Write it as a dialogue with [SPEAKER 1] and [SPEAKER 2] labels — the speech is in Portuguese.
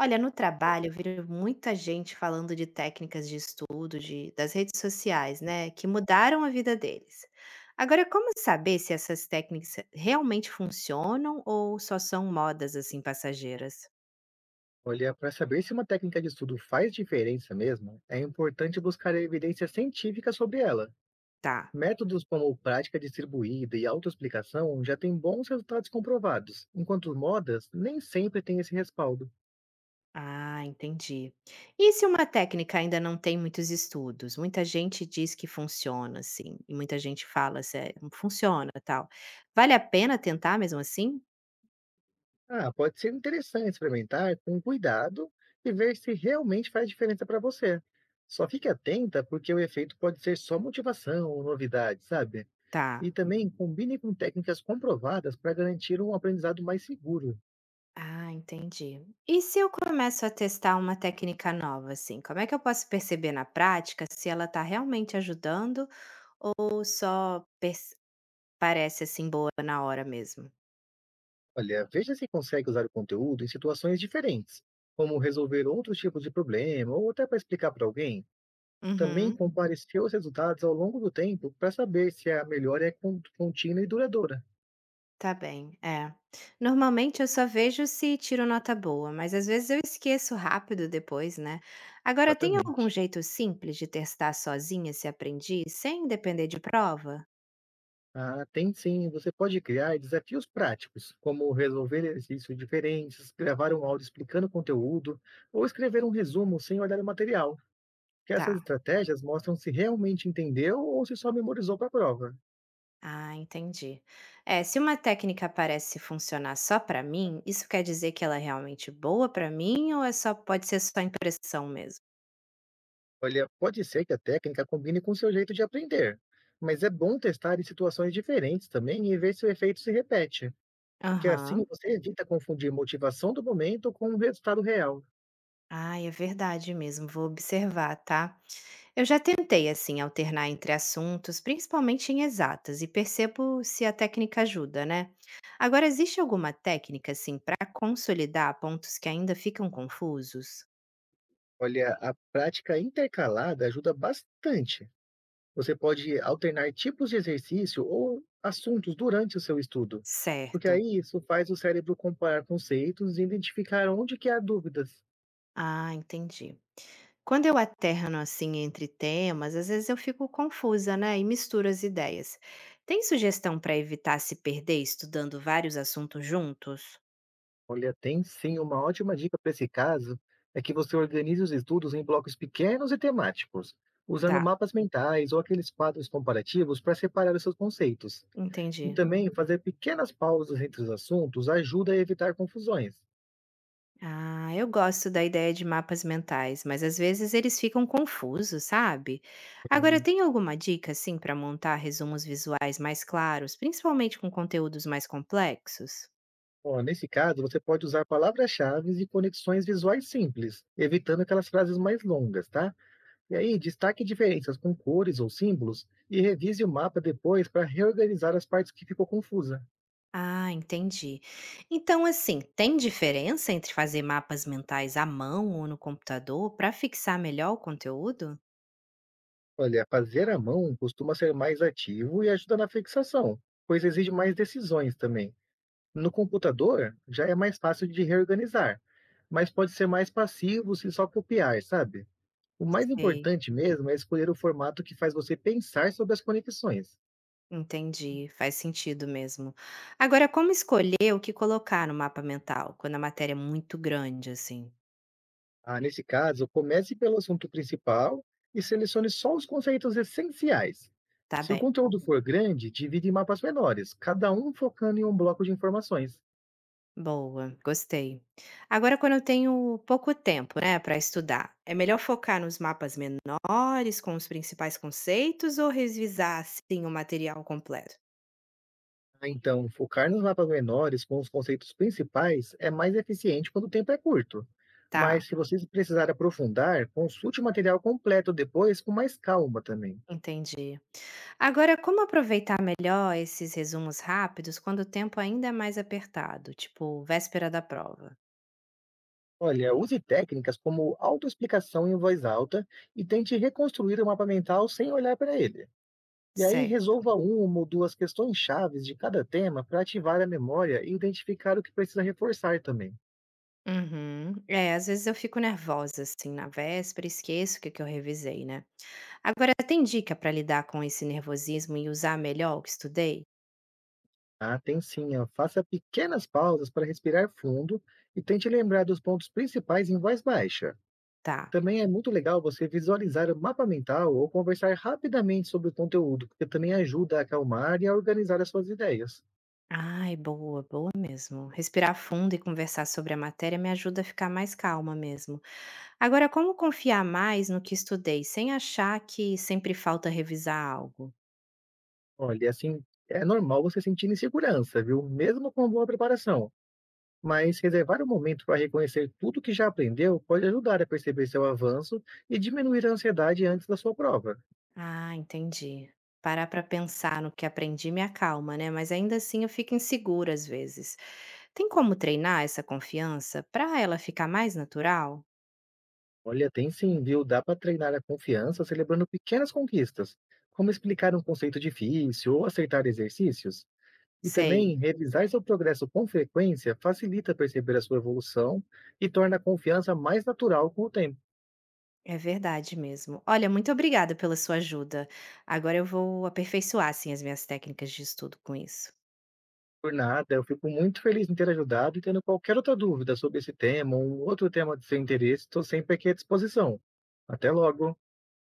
[SPEAKER 1] Olha, no trabalho eu vejo muita gente falando de técnicas de estudo, das redes sociais, né, que mudaram a vida deles. Agora, como saber se essas técnicas realmente funcionam ou só são modas assim passageiras?
[SPEAKER 2] Olha, para saber se uma técnica de estudo faz diferença mesmo, é importante buscar evidência científica sobre ela.
[SPEAKER 1] Tá.
[SPEAKER 2] Métodos como prática distribuída e autoexplicação já têm bons resultados comprovados, enquanto modas nem sempre têm esse respaldo.
[SPEAKER 1] Ah, entendi. E se uma técnica ainda não tem muitos estudos? Muita gente diz que funciona, assim, e muita gente fala, assim, "É, funciona, tal. Vale a pena tentar mesmo assim?
[SPEAKER 2] Ah, pode ser interessante experimentar com cuidado e ver se realmente faz diferença para você. Só fique atenta porque o efeito pode ser só motivação ou novidade, sabe?
[SPEAKER 1] Tá.
[SPEAKER 2] E também combine com técnicas comprovadas para garantir um aprendizado mais seguro.
[SPEAKER 1] Ah, entendi. E se eu começo a testar uma técnica nova, assim, como é que eu posso perceber na prática se ela está realmente ajudando ou parece assim boa na hora mesmo?
[SPEAKER 2] Olha, veja se consegue usar o conteúdo em situações diferentes, como resolver outros tipos de problema ou até para explicar para alguém. Também
[SPEAKER 1] Uhum,
[SPEAKER 2] compare seus resultados ao longo do tempo para saber se a melhora é contínua e duradoura.
[SPEAKER 1] tá bem, é. Normalmente eu só vejo se tiro nota boa, mas às vezes eu esqueço rápido depois, né? Agora, tem algum
[SPEAKER 2] Exatamente.
[SPEAKER 1] jeito simples de testar sozinha se aprendi, sem depender de prova?
[SPEAKER 2] Ah, tem sim, você pode criar desafios práticos, como resolver exercícios diferentes, gravar um áudio explicando o conteúdo ou escrever um resumo sem olhar o material, que essas
[SPEAKER 1] Tá.
[SPEAKER 2] estratégias mostram se realmente entendeu ou se só memorizou para a prova.
[SPEAKER 1] Ah, entendi. É, se uma técnica parece funcionar só pra mim, isso quer dizer que ela é realmente boa pra mim ou é só pode ser só impressão mesmo?
[SPEAKER 2] Olha, pode ser que a técnica combine com seu jeito de aprender, mas é bom testar em situações diferentes também e ver se o efeito se repete, que assim
[SPEAKER 1] Aham.
[SPEAKER 2] você evita confundir motivação do momento com o resultado real.
[SPEAKER 1] Ai, é verdade mesmo, vou observar, tá? Eu já tentei assim alternar entre assuntos, principalmente em exatas, e percebo se a técnica ajuda, né? Agora, existe alguma técnica assim para consolidar pontos que ainda ficam confusos?
[SPEAKER 2] Olha, a prática intercalada ajuda bastante. Você pode alternar tipos de exercício ou assuntos durante o seu estudo, porque
[SPEAKER 1] Certo.
[SPEAKER 2] aí isso faz o cérebro comparar conceitos e identificar onde que há dúvidas.
[SPEAKER 1] Ah, entendi. Quando eu alterno assim entre temas, às vezes eu fico confusa, né? E misturo as ideias. Tem sugestão para evitar se perder estudando vários assuntos juntos?
[SPEAKER 2] Olha, tem sim. Uma ótima dica para esse caso é que você organize os estudos em blocos pequenos e temáticos, usando
[SPEAKER 1] Tá,
[SPEAKER 2] mapas mentais ou aqueles quadros comparativos para separar os seus conceitos. E
[SPEAKER 1] entendi.
[SPEAKER 2] também fazer pequenas pausas entre os assuntos ajuda a evitar confusões.
[SPEAKER 1] Ah, eu gosto da ideia de mapas mentais, mas às vezes eles ficam confusos, sabe? Agora,
[SPEAKER 2] Sim.
[SPEAKER 1] tem alguma dica assim para montar resumos visuais mais claros, principalmente com conteúdos mais complexos?
[SPEAKER 2] Ó, nesse caso, você pode usar palavras-chave e conexões visuais simples, evitando aquelas frases mais longas, tá? E aí, destaque diferenças com cores ou símbolos e revise o mapa depois para reorganizar as partes que ficou confusa.
[SPEAKER 1] Ah, entendi. Então, assim, tem diferença entre fazer mapas mentais à mão ou no computador para fixar melhor o conteúdo?
[SPEAKER 2] Olha, fazer à mão costuma ser mais ativo e ajuda na fixação, pois exige mais decisões também. No computador, já é mais fácil de reorganizar, mas pode ser mais passivo se só copiar, sabe? O mais
[SPEAKER 1] Sei,
[SPEAKER 2] importante mesmo é escolher o formato que faz você pensar sobre as conexões.
[SPEAKER 1] entendi. Faz sentido mesmo. Agora, como escolher o que colocar no mapa mental quando a matéria é muito grande, assim?
[SPEAKER 2] Ah, nesse caso, comece pelo assunto principal e selecione só os conceitos essenciais.
[SPEAKER 1] Tá
[SPEAKER 2] Se o
[SPEAKER 1] bem.
[SPEAKER 2] conteúdo for grande, divide em mapas menores, cada um focando em um bloco de informações.
[SPEAKER 1] Boa, gostei. Agora, quando eu tenho pouco tempo, né, para estudar, é melhor focar nos mapas menores, com os principais conceitos, ou revisar, assim, o material completo?
[SPEAKER 2] Ah, então, focar nos mapas menores com os conceitos principais é mais eficiente quando o tempo é curto.
[SPEAKER 1] Tá.
[SPEAKER 2] Mas se você precisar aprofundar, consulte o material completo depois com mais calma também.
[SPEAKER 1] Entendi. Agora, como aproveitar melhor esses resumos rápidos quando o tempo ainda é mais apertado, tipo véspera da prova?
[SPEAKER 2] Olha, use técnicas como autoexplicação em voz alta e tente reconstruir o mapa mental sem olhar para ele. E aí
[SPEAKER 1] Certo.
[SPEAKER 2] resolva uma ou duas questões chaves de cada tema para ativar a memória e identificar o que precisa reforçar também.
[SPEAKER 1] Uhum. É, às vezes eu fico nervosa assim na véspera, e esqueço que eu revisei, né? Agora, tem dica para lidar com esse nervosismo e usar melhor o que estudei?
[SPEAKER 2] Ah, tem sim. Ó, faça pequenas pausas para respirar fundo e tente lembrar dos pontos principais em voz baixa.
[SPEAKER 1] Tá.
[SPEAKER 2] Também é muito legal você visualizar o mapa mental ou conversar rapidamente sobre o conteúdo, porque também ajuda a acalmar e a organizar as suas ideias.
[SPEAKER 1] Ai, boa, boa mesmo. Respirar fundo e conversar sobre a matéria me ajuda a ficar mais calma mesmo. Agora, como confiar mais no que estudei, sem achar que sempre falta revisar algo?
[SPEAKER 2] Olha, assim, é normal você sentir insegurança, viu? Mesmo com boa preparação. Mas reservar um momento para reconhecer tudo que já aprendeu pode ajudar a perceber seu avanço e diminuir a ansiedade antes da sua prova.
[SPEAKER 1] Ah, entendi. Parar para pensar no que aprendi me acalma, né? Mas ainda assim eu fico insegura às vezes. Tem como treinar essa confiança para ela ficar mais natural?
[SPEAKER 2] Olha, tem sim, viu? Dá para treinar a confiança celebrando pequenas conquistas, como explicar um conceito difícil ou acertar exercícios. E
[SPEAKER 1] Sei,
[SPEAKER 2] também, revisar seu progresso com frequência facilita perceber a sua evolução e torna a confiança mais natural com o tempo.
[SPEAKER 1] é verdade mesmo. Olha, muito obrigada pela sua ajuda. Agora eu vou aperfeiçoar assim as minhas técnicas de estudo com isso.
[SPEAKER 2] Por nada, eu fico muito feliz em ter ajudado e tendo qualquer outra dúvida sobre esse tema ou um outro tema de seu interesse, estou sempre aqui à disposição. Até logo!